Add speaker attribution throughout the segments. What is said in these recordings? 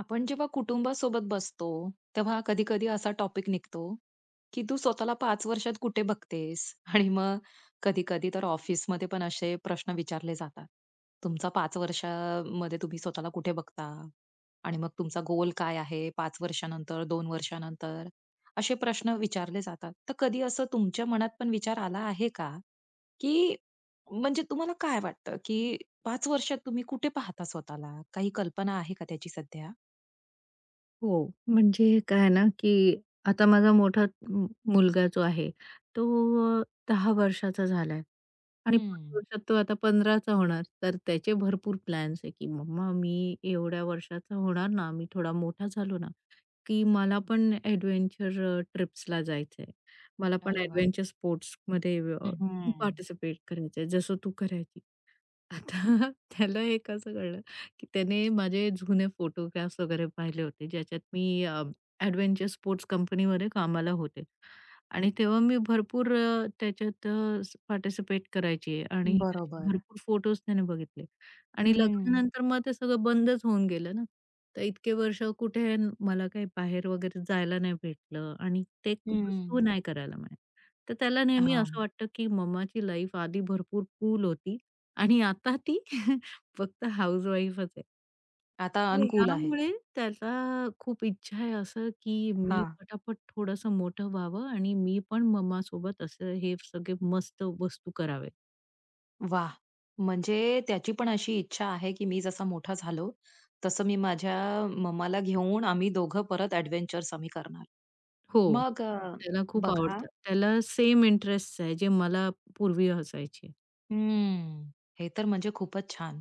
Speaker 1: आपण जेव्हा कुटुंबासोबत बसतो तेव्हा कधी कधी असा टॉपिक निघतो की तू स्वतःला पाच वर्षात कुठे बघतेस. आणि मग कधी कधी तर ऑफिसमध्ये पण असे प्रश्न विचारले जातात. तुमचा पाच वर्षामध्ये तुम्ही स्वतःला कुठे बघता आणि मग तुमचा गोल काय आहे, पाच वर्षानंतर, दोन वर्षानंतर, असे प्रश्न विचारले जातात. तर कधी असं तुमच्या मनात पण विचार आला आहे का की, म्हणजे तुम्हाला काय वाटतं की पाच वर्षात तुम्ही कुठे पाहता स्वतःला, काही कल्पना आहे का त्याची सध्या?
Speaker 2: हो, म्हणजे काय ना, की आता माझा मोठा मुलगा जो आहे, तो अ, 10 वर्षाचा झालाय आणि 5
Speaker 1: हं.
Speaker 2: वर्षात तो आता 15चा होणार. तर त्याचे भरपूर प्लॅन्स आहे, की "मम्मा मी एवढ्या वर्षाचा होणार ना, मी थोडा मोठा झालो ना, की मला पण एडव्हेंचर ट्रिप्सला जायचंय. मला पण
Speaker 1: अरे वाह!
Speaker 2: एडव्हेंचर स्पोर्ट्समध्ये
Speaker 1: हं.
Speaker 2: पार्टिसिपेट करायचंय जसं तू करायची." आता त्याला एक असं कळलं, की त्याने माझे जुने फोटोग्राफ्स वगैरे पाहिले होते, ज्याच्यात मी ॲडव्हेंचर स्पोर्ट्स कंपनीमध्ये कामाला होते आणि तेव्हा मी भरपूर त्याच्यात पार्टिसिपेट करायची आणि असे
Speaker 1: बरोबर.
Speaker 2: भरपूर फोटोज त्याने बघितले आणि
Speaker 1: हं,
Speaker 2: लग्नानंतर मग ते सगळं बंदच होऊन गेलं ना. तर इतके वर्ष कुठे मला काही बाहेर वगैरे जायला नाही भेटलं आणि ते वस्तू
Speaker 1: हं.
Speaker 2: नाही करायला मिळाली. तर त्याला नेहमी
Speaker 1: हां.
Speaker 2: असं वाटतं, की मम्माची लाईफ आधी भरपूर कूल होती आणि आता ती फक्त हाउसवाईफच आहे.
Speaker 1: आता
Speaker 2: अरे!
Speaker 1: अनुकूल आहे.
Speaker 2: त्यामुळे त्याला खूप इच्छा आहे असं, की मी
Speaker 1: हां.
Speaker 2: पटापट थोडंसं मोठं व्हावं आणि मी पण मम्मा सोबत असं हे सगळे मस्त वस्तू करावे.
Speaker 1: वाह! म्हणजे त्याची पण अशी इच्छा आहे, की मी जसा मोठा झालो, तसं मी माझ्या मम्माला घेऊन आम्ही दोघं परत एडव्हेंचर्स आम्ही करणार.
Speaker 2: हो,
Speaker 1: मग
Speaker 2: त्याला खूप
Speaker 1: बघा.
Speaker 2: आवडतं. त्याला सेम इंटरेस्ट आहे जे मला पूर्वी असायचे.
Speaker 1: हं. हे तर म्हणजे खूपच छान.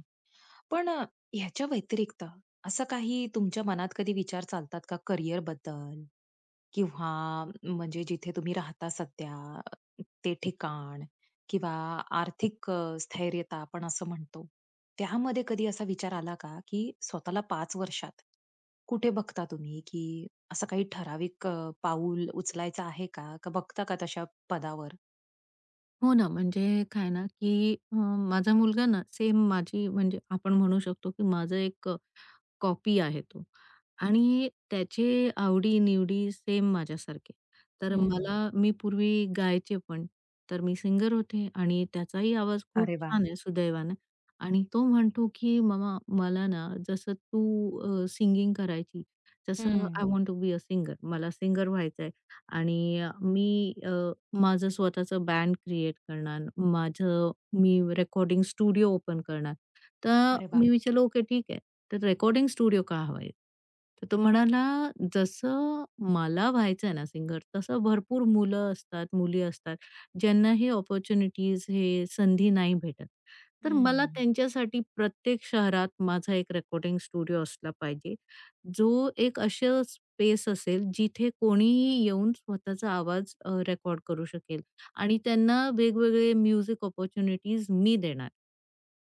Speaker 1: पण ह्याच्या व्यतिरिक्त असं काही तुमच्या मनात कधी विचार चालतात का करिअरबद्दल? किंवा म्हणजे जिथे तुम्ही राहता सध्या ते ठिकाण, किंवा आर्थिक स्थैर्यता आपण असं म्हणतो. त्यामध्ये कधी असा विचार आला का, की स्वतःला पाच वर्षात कुठे बघता तुम्ही, की असं काही ठराविक पाऊल उचलायचं आहे का? का बघता का तशा पदावर?
Speaker 2: हो ना, म्हणजे काय ना, की माझा मुलगा ना सेम माझी म्हणजे आपण म्हणू शकतो, की माझं एक कॉपी आहे तो आणि त्याचे आवडी-निवडी सेम माझ्यासारखे. तर
Speaker 1: हं.
Speaker 2: मला मी पूर्वी गायचे पण. तर मी सिंगर होते आणि त्याचाही आवाज खूप
Speaker 1: अरे वाह!
Speaker 2: छान आहे सुदैवानं आणि तो म्हणतो, की "मामा मला ना जसं तू सिंगिंग करायची तसं
Speaker 1: हं.
Speaker 2: I want to be a singer." मला सिंगर व्हायचंय आणि मी माझं स्वतःचं बँड क्रिएट करणार. माझं मी रेकॉर्डिंग स्टुडिओ ओपन करणार. तर
Speaker 1: अरे वाह!
Speaker 2: मी विचारलं, "ओके, ठीक आहे. तर रेकॉर्डिंग स्टुडिओ का हवा तर तो म्हणाला, "जसं मला व्हायचं आहे ना सिंगर, तसं भरपूर मुलं असतात, मुली असतात, ज्यांना हे अपॉर्च्युनिटीज, हे संधी नाही भेटत. तर मला
Speaker 1: हं.
Speaker 2: त्यांच्यासाठी प्रत्येक शहरात माझा एक रेकॉर्डिंग स्टुडिओ असला पाहिजे, जो एक असं स्पेस असेल, जिथे कोणीही येऊन स्वतःचा आवाज रेकॉर्ड करू शकेल आणि त्यांना वेगवेगळे म्युझिक अपॉर्च्युनिटीज मी देणार."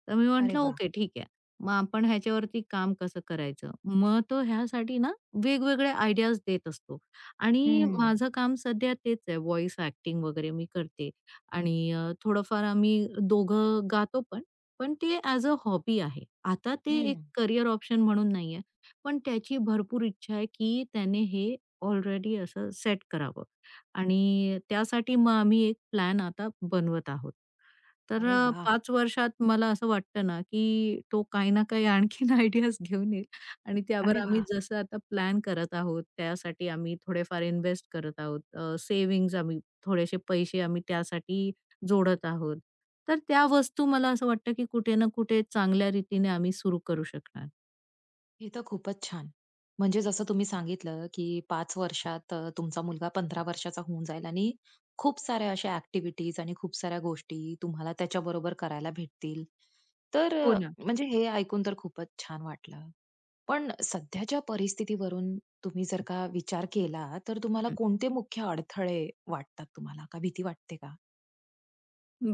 Speaker 2: तर मी
Speaker 1: अरे
Speaker 2: म्हटलं,
Speaker 1: वाह!
Speaker 2: "ओके, ठीक आहे. मग आपण ह्याच्यावरती काम कसं करायचं?" मग तो ह्यासाठी ना वेगवेगळे आयडियाज देत असतो आणि
Speaker 1: हं.
Speaker 2: माझं काम सध्या तेच आहे. व्हॉईस ॲक्टिंग वगैरे मी करते आणि थोडंफार आम्ही दोघं गातो पण. पण ते ॲज अ हॉबी आहे. आता ते एक
Speaker 1: हं.
Speaker 2: करियर ऑप्शन म्हणून नाहीये. पण त्याची भरपूर इच्छा आहे, की त्याने हे ऑलरेडी असं सेट करावं आणि त्यासाठी मग आम्ही एक प्लॅन आता बनवत आहोत. तर
Speaker 1: अरे वाह!
Speaker 2: 5 वर्षात मला असं वाटतं ना, की तो काही ना काही आणखीन आयडियाज घेऊन येईल आणि त्यावर
Speaker 1: अरे
Speaker 2: आम्ही
Speaker 1: वाह!
Speaker 2: जसं आता प्लॅन करत आहोत, त्यासाठी आम्ही थोडेफार इन्व्हेस्ट करत आहोत. सेव्हिंग्ज आम्ही थोडेसे पैसे आम्ही त्यासाठी जोडत आहोत. तर त्या वस्तू मला असं वाटतं, की कुठे ना कुठे चांगल्या रीतीने आम्ही सुरू करू शकणार.
Speaker 1: हे तर खूपच छान. म्हणजे जसं तुम्ही सांगितलं, की पाच वर्षात तुमचा मुलगा 15 वर्षाचा होऊन जाईल आणि खूप साऱ्या अशा ॲक्टिव्हिटीज आणि खूप साऱ्या गोष्टी तुम्हाला त्याच्याबरोबर करायला भेटतील. तर
Speaker 2: हो ना.
Speaker 1: म्हणजे हे ऐकून तर खूपच छान वाटलं. पण सध्याच्या परिस्थितीवरून तुम्ही जर का विचार केला, तर तुम्हाला कोणते मुख्य अडथळे वाटतात तुम्हाला? का भीती वाटते का?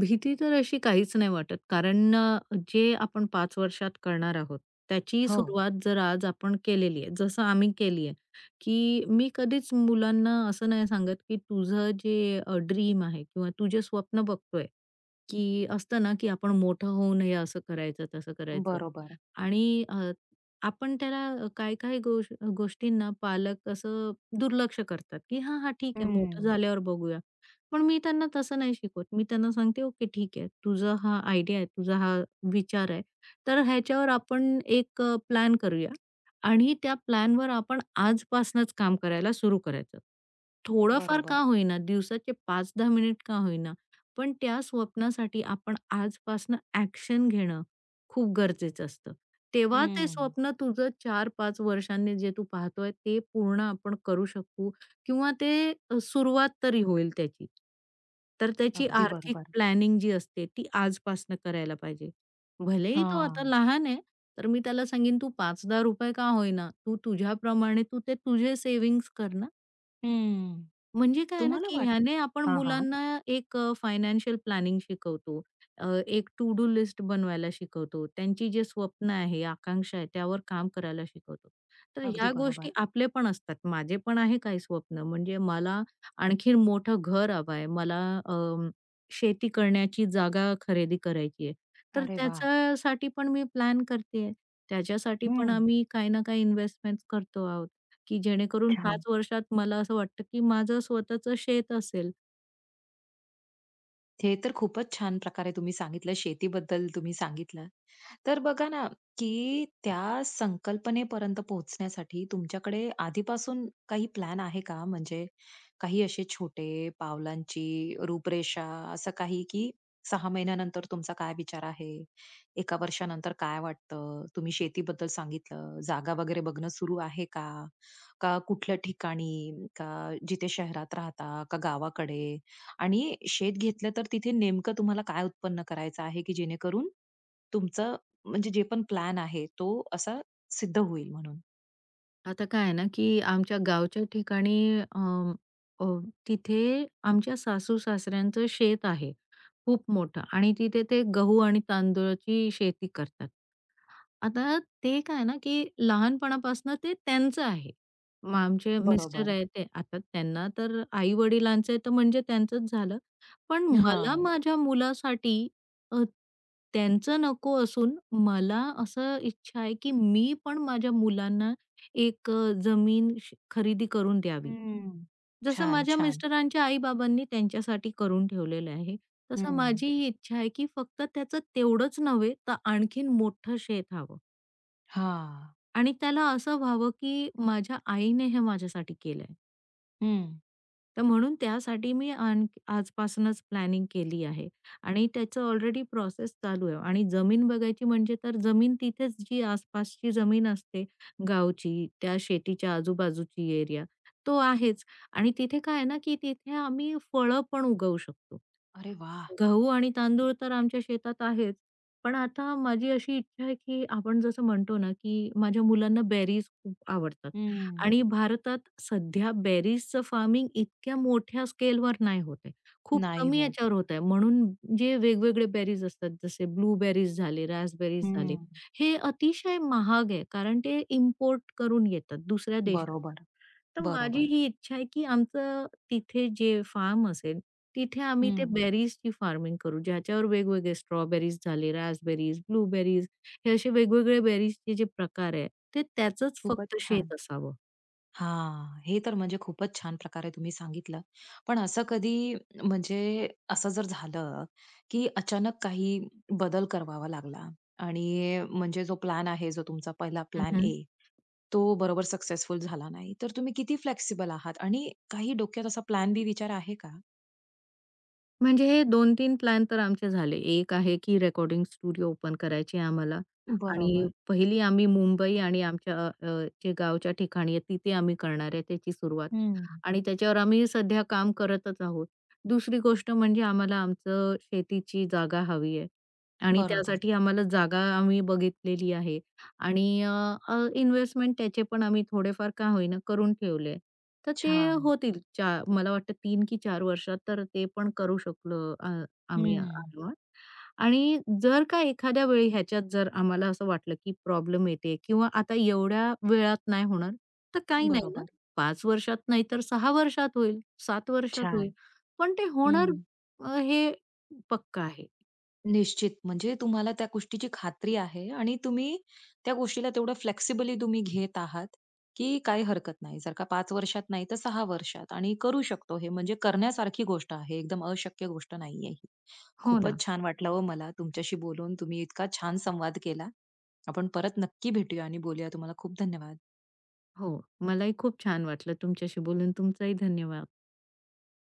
Speaker 2: भीती तर अशी काहीच नाही वाटत. कारण जे आपण 5 वर्षात करणार आहोत, त्याची
Speaker 1: हो.
Speaker 2: सुरुवात जर आज आपण केलेली आहे, जसं आम्ही केली आहे, की मी कधीच मुलांना असं नाही सांगत, की तुझं जे ड्रीम आहे किंवा तुझे स्वप्न बघतोय की असतं ना, की आपण मोठं होऊ नये असं करायचं, तसं करायचं
Speaker 1: बरोबर.
Speaker 2: आणि आपण त्याला काही-काही गोष्टींना पालक असं दुर्लक्ष करतात, की "हां, हां, ठीक आहे, मोठं
Speaker 1: हं.
Speaker 2: झाल्यावर बघूया." पण मी त्यांना तसं नाही शिकवत. मी त्यांना सांगते, "ओके, ठीक आहे. तुझा हा आयडिया आहे, तुझा हा विचार आहे, तर ह्याच्यावर आपण एक प्लॅन करूया आणि त्या प्लॅनवर आपण आजपासनंच काम करायला सुरू करायचं. थोडंफार
Speaker 1: बरोबर.
Speaker 2: का होईना, दिवसाचे 5-10 मिनिट का होईना पण त्या स्वप्नासाठी आपण आजपासनं ॲक्शन घेणं खूप गरजेचं असतं. तेव्हा ते
Speaker 1: हं.
Speaker 2: स्वप्न तुझं 4-5 वर्षांनी जे तू पाहतोय ते पूर्ण आपण करू शकू किंवा ते सुरुवात तरी होईल त्याची. तर त्याची
Speaker 1: अगदी
Speaker 2: आर्थिक
Speaker 1: बरोबर.
Speaker 2: प्लॅनिंग जी असते ती आजपासनं करायला पाहिजे. भलेही तो आता
Speaker 1: हां.
Speaker 2: लहान आहे, तर मी त्याला सांगेन, "तू ₹5-10 का होईना, तू तुझ्याप्रमाणे तू ते तुझे सेव्हिंग्ज कर ना."
Speaker 1: हं.
Speaker 2: म्हणजे काय आहे ना,
Speaker 1: तुम्हाला
Speaker 2: की ह्याने आपण
Speaker 1: हां, हां.
Speaker 2: मुलांना एक फायनान्शियल प्लॅनिंग शिकवतो. एक टू डू लिस्ट बनवायला शिकवतो. त्यांची जे स्वप्न आहे, आकांक्षा आहे, त्यावर काम करायला शिकवतो. तर
Speaker 1: अगदी
Speaker 2: ह्या
Speaker 1: बरोबर.
Speaker 2: गोष्टी आपले पण असतात. माझे पण आहे काही स्वप्न. म्हणजे मला आणखीन मोठं घर हवं आहे. मला अ, शेती करण्याची जागा खरेदी करायची आहे. तर
Speaker 1: अरे वाह!
Speaker 2: त्याच्यासाठी पण मी प्लॅन करते त्याच्यासाठी पण
Speaker 1: हं.
Speaker 2: आम्ही काही ना काही इन्व्हेस्टमेंट्स करतो आहोत. की जेणेकरून 5
Speaker 1: छान.
Speaker 2: वर्षात मला असं वाटतं की माझं स्वतःचं शेत असेल.
Speaker 1: हे तर खूपच छान प्रकारे तुम्ही सांगितलं. शेतीबद्दल तुम्ही सांगितलं. तर बघा ना, की त्या संकल्पनेपर्यंत पोहोचण्यासाठी तुमच्याकडे आधीपासून काही प्लॅन आहे का? म्हणजे काही असे छोटे पावलांची रूपरेषा, असं काही, की सहा महिन्यानंतर तुमचा काय विचार आहे? 1 वर्षानंतर काय वाटतं? तुम्ही शेतीबद्दल सांगितलं. जागा वगैरे बघणं सुरू आहे का? का कुठल्या ठिकाणी? का जिथे शहरात राहता? का गावाकडे? आणि शेत घेतलं तर तिथे नेमकं तुम्हाला काय उत्पन्न करायचं आहे, की जेणेकरून तुमचं, म्हणजे जे पण प्लॅन आहे तो असा सिद्ध होईल म्हणून.
Speaker 2: आता काय आहे ना, की आमच्या गावच्या ठिकाणी अ, तिथे आमच्या सासू-सासऱ्यांचं शेत आहे खूप मोठं आणि तिथे ते गहू आणि तांदूळाची शेती करतात. आता ते काय ना, की लहानपणापासनं ते त्यांचं आहे. मग हं. आमचे मिस्टर
Speaker 1: बरोबर.
Speaker 2: आहेत ते आता त्यांना तर आई-वडिलांचं तर म्हणजे त्यांचंच झालं. पण
Speaker 1: हां.
Speaker 2: मला माझ्या मुलासाठी अ, त्यांचं नको असून मला असं इच्छा आहे, की मी पण माझ्या मुलांना एक जमीन खरेदी करून द्यावी.
Speaker 1: हं.
Speaker 2: जसं
Speaker 1: छान,
Speaker 2: माझ्या
Speaker 1: छान.
Speaker 2: मिस्टरांच्या आई-बाबांनी त्यांच्यासाठी करून ठेवलेलं आहे, तसं
Speaker 1: हं.
Speaker 2: माझी ही इच्छा आहे, की फक्त त्याचं तेवढंच नव्हे, तर आणखीन मोठं शेत हवं.
Speaker 1: हां.
Speaker 2: आणि त्याला असं व्हावं, की माझ्या आईने हे माझ्यासाठी केलंय.
Speaker 1: हं.
Speaker 2: तर म्हणून त्यासाठी मी आजपासूनच प्लॅनिंग केली आहे आणि त्याचं ऑलरेडी प्रोसेस चालू आहे आणि जमीन बघायची म्हणजे तर जमीन तिथेच जी आसपासची जमीन असते गावची, त्या शेतीच्या आजूबाजूची एरिया, तो आहेच आणि तिथे काय आहे ना, की तिथे आम्ही फळं पण उगवू शकतो.
Speaker 1: अरे वाह!
Speaker 2: गहू आणि तांदूळ तर आमच्या शेतात आहेच. पण आता माझी अशी इच्छा आहे, की आपण जसं म्हणतो ना, की माझ्या मुलांना बेरीज खूप आवडतात
Speaker 1: हं.
Speaker 2: आणि भारतात सध्या बेरीजचं फार्मिंग इतक्या मोठ्या स्केलवर नाही होत आहे. खूप
Speaker 1: नाही
Speaker 2: कमी
Speaker 1: होत.
Speaker 2: याच्यावर होत आहे. म्हणून जे वेगवेगळे बेरीज असतात, जसे ब्लूबेरीज झाले, रास्पबेरीज झाले,
Speaker 1: हं.
Speaker 2: हे अतिशय महाग आहे. कारण ते इम्पोर्ट करून येतात दुसऱ्या देशातनं.
Speaker 1: बरोबर.
Speaker 2: तर माझी
Speaker 1: बरोबर.
Speaker 2: ही इच्छा आहे, की आमचं तिथे जे फार्म असेल तिथे आम्ही ते
Speaker 1: हं.
Speaker 2: बेरीजची फार्मिंग करू, ज्याच्यावर वेगवेगळे स्ट्रॉबेरीज झाले, रास्पबेरीज, ब्लूबेरीज हे असे वेगवेगळे बेरीजचे जे प्रकार आहे, ते त्याचंच
Speaker 1: खूपच
Speaker 2: फक्त
Speaker 1: छान.
Speaker 2: शेत असावं.
Speaker 1: हां. हे तर म्हणजे खूपच छान प्रकारे तुम्ही सांगितलं. पण असं कधी, म्हणजे असं जर झालं, की अचानक काही बदल करावा लागला आणि म्हणजे जो प्लॅन आहे, जो तुमचा पहिला प्लॅन ए, तो बरोबर सक्सेसफुल झाला नाही. तर तुम्ही किती फ्लेक्सिबल आहात आणि काही डोक्यात असा प्लॅन बी विचार आहे का?
Speaker 2: म्हणजे हे दोन तीन प्लॅन तर आमचे झाले. एक आहे की रेकॉर्डिंग स्टुडिओ ओपन करायची आहे आम्हाला आणि
Speaker 1: बरोबर.
Speaker 2: पहिली आम्ही मुंबई आणि आमच्या जे गावच्या ठिकाणी आहे तिथे आम्ही करणार आहे त्याची सुरुवात
Speaker 1: हं.
Speaker 2: आणि त्याच्यावर आम्ही सध्या काम करतच आहोत. दुसरी गोष्ट म्हणजे आम्हाला आमचं शेतीची जागा हवी आहे आणि
Speaker 1: बरोबर.
Speaker 2: त्यासाठी आम्हाला जागा आम्ही बघितलेली आहे आणि इन्व्हेस्टमेंट त्याचे पण आम्ही थोडेफार का होईना करून ठेवले तर ते
Speaker 1: छान.
Speaker 2: होतील चा मला वाटतं 3 की 4 वर्षात तर ते पण करू शकलो आम्ही
Speaker 1: हं.
Speaker 2: आरामात. आणि जर का एखाद्या वेळी ह्याच्यात जर आम्हाला असं वाटलं की प्रॉब्लेम येते किंवा आता एवढ्या वेळात नाही होणार, तर काही नाही ना,
Speaker 1: बरोबर.
Speaker 2: 5 वर्षात नाही तर 6 वर्षात होईल, 7 वर्षात होईल,
Speaker 1: छान.
Speaker 2: पण ते
Speaker 1: हं.
Speaker 2: होणार हे पक्का आहे.
Speaker 1: निश्चित. म्हणजे तुम्हाला त्या गोष्टीची खात्री आहे आणि तुम्ही त्या गोष्टीला तेवढं फ्लेक्सिबली तुम्ही घेत आहात, की काही हरकत नाही. जर का 5 वर्षात नाही तर सहा वर्षात आणि करू शकतो हे. म्हणजे करण्यासारखी गोष्ट आहे. एकदम अशक्य गोष्ट नाहीये ही.
Speaker 2: हो ना.
Speaker 1: खूपच छान वाटलं हो मला तुमच्याशी बोलून. तुम्ही इतका छान संवाद केला. आपण परत नक्की भेटूया आणि बोलूया. तुम्हाला खूप धन्यवाद.
Speaker 2: हो. मलाही खूप छान वाटलं तुमच्याशी बोलून. तुमचाही धन्यवाद.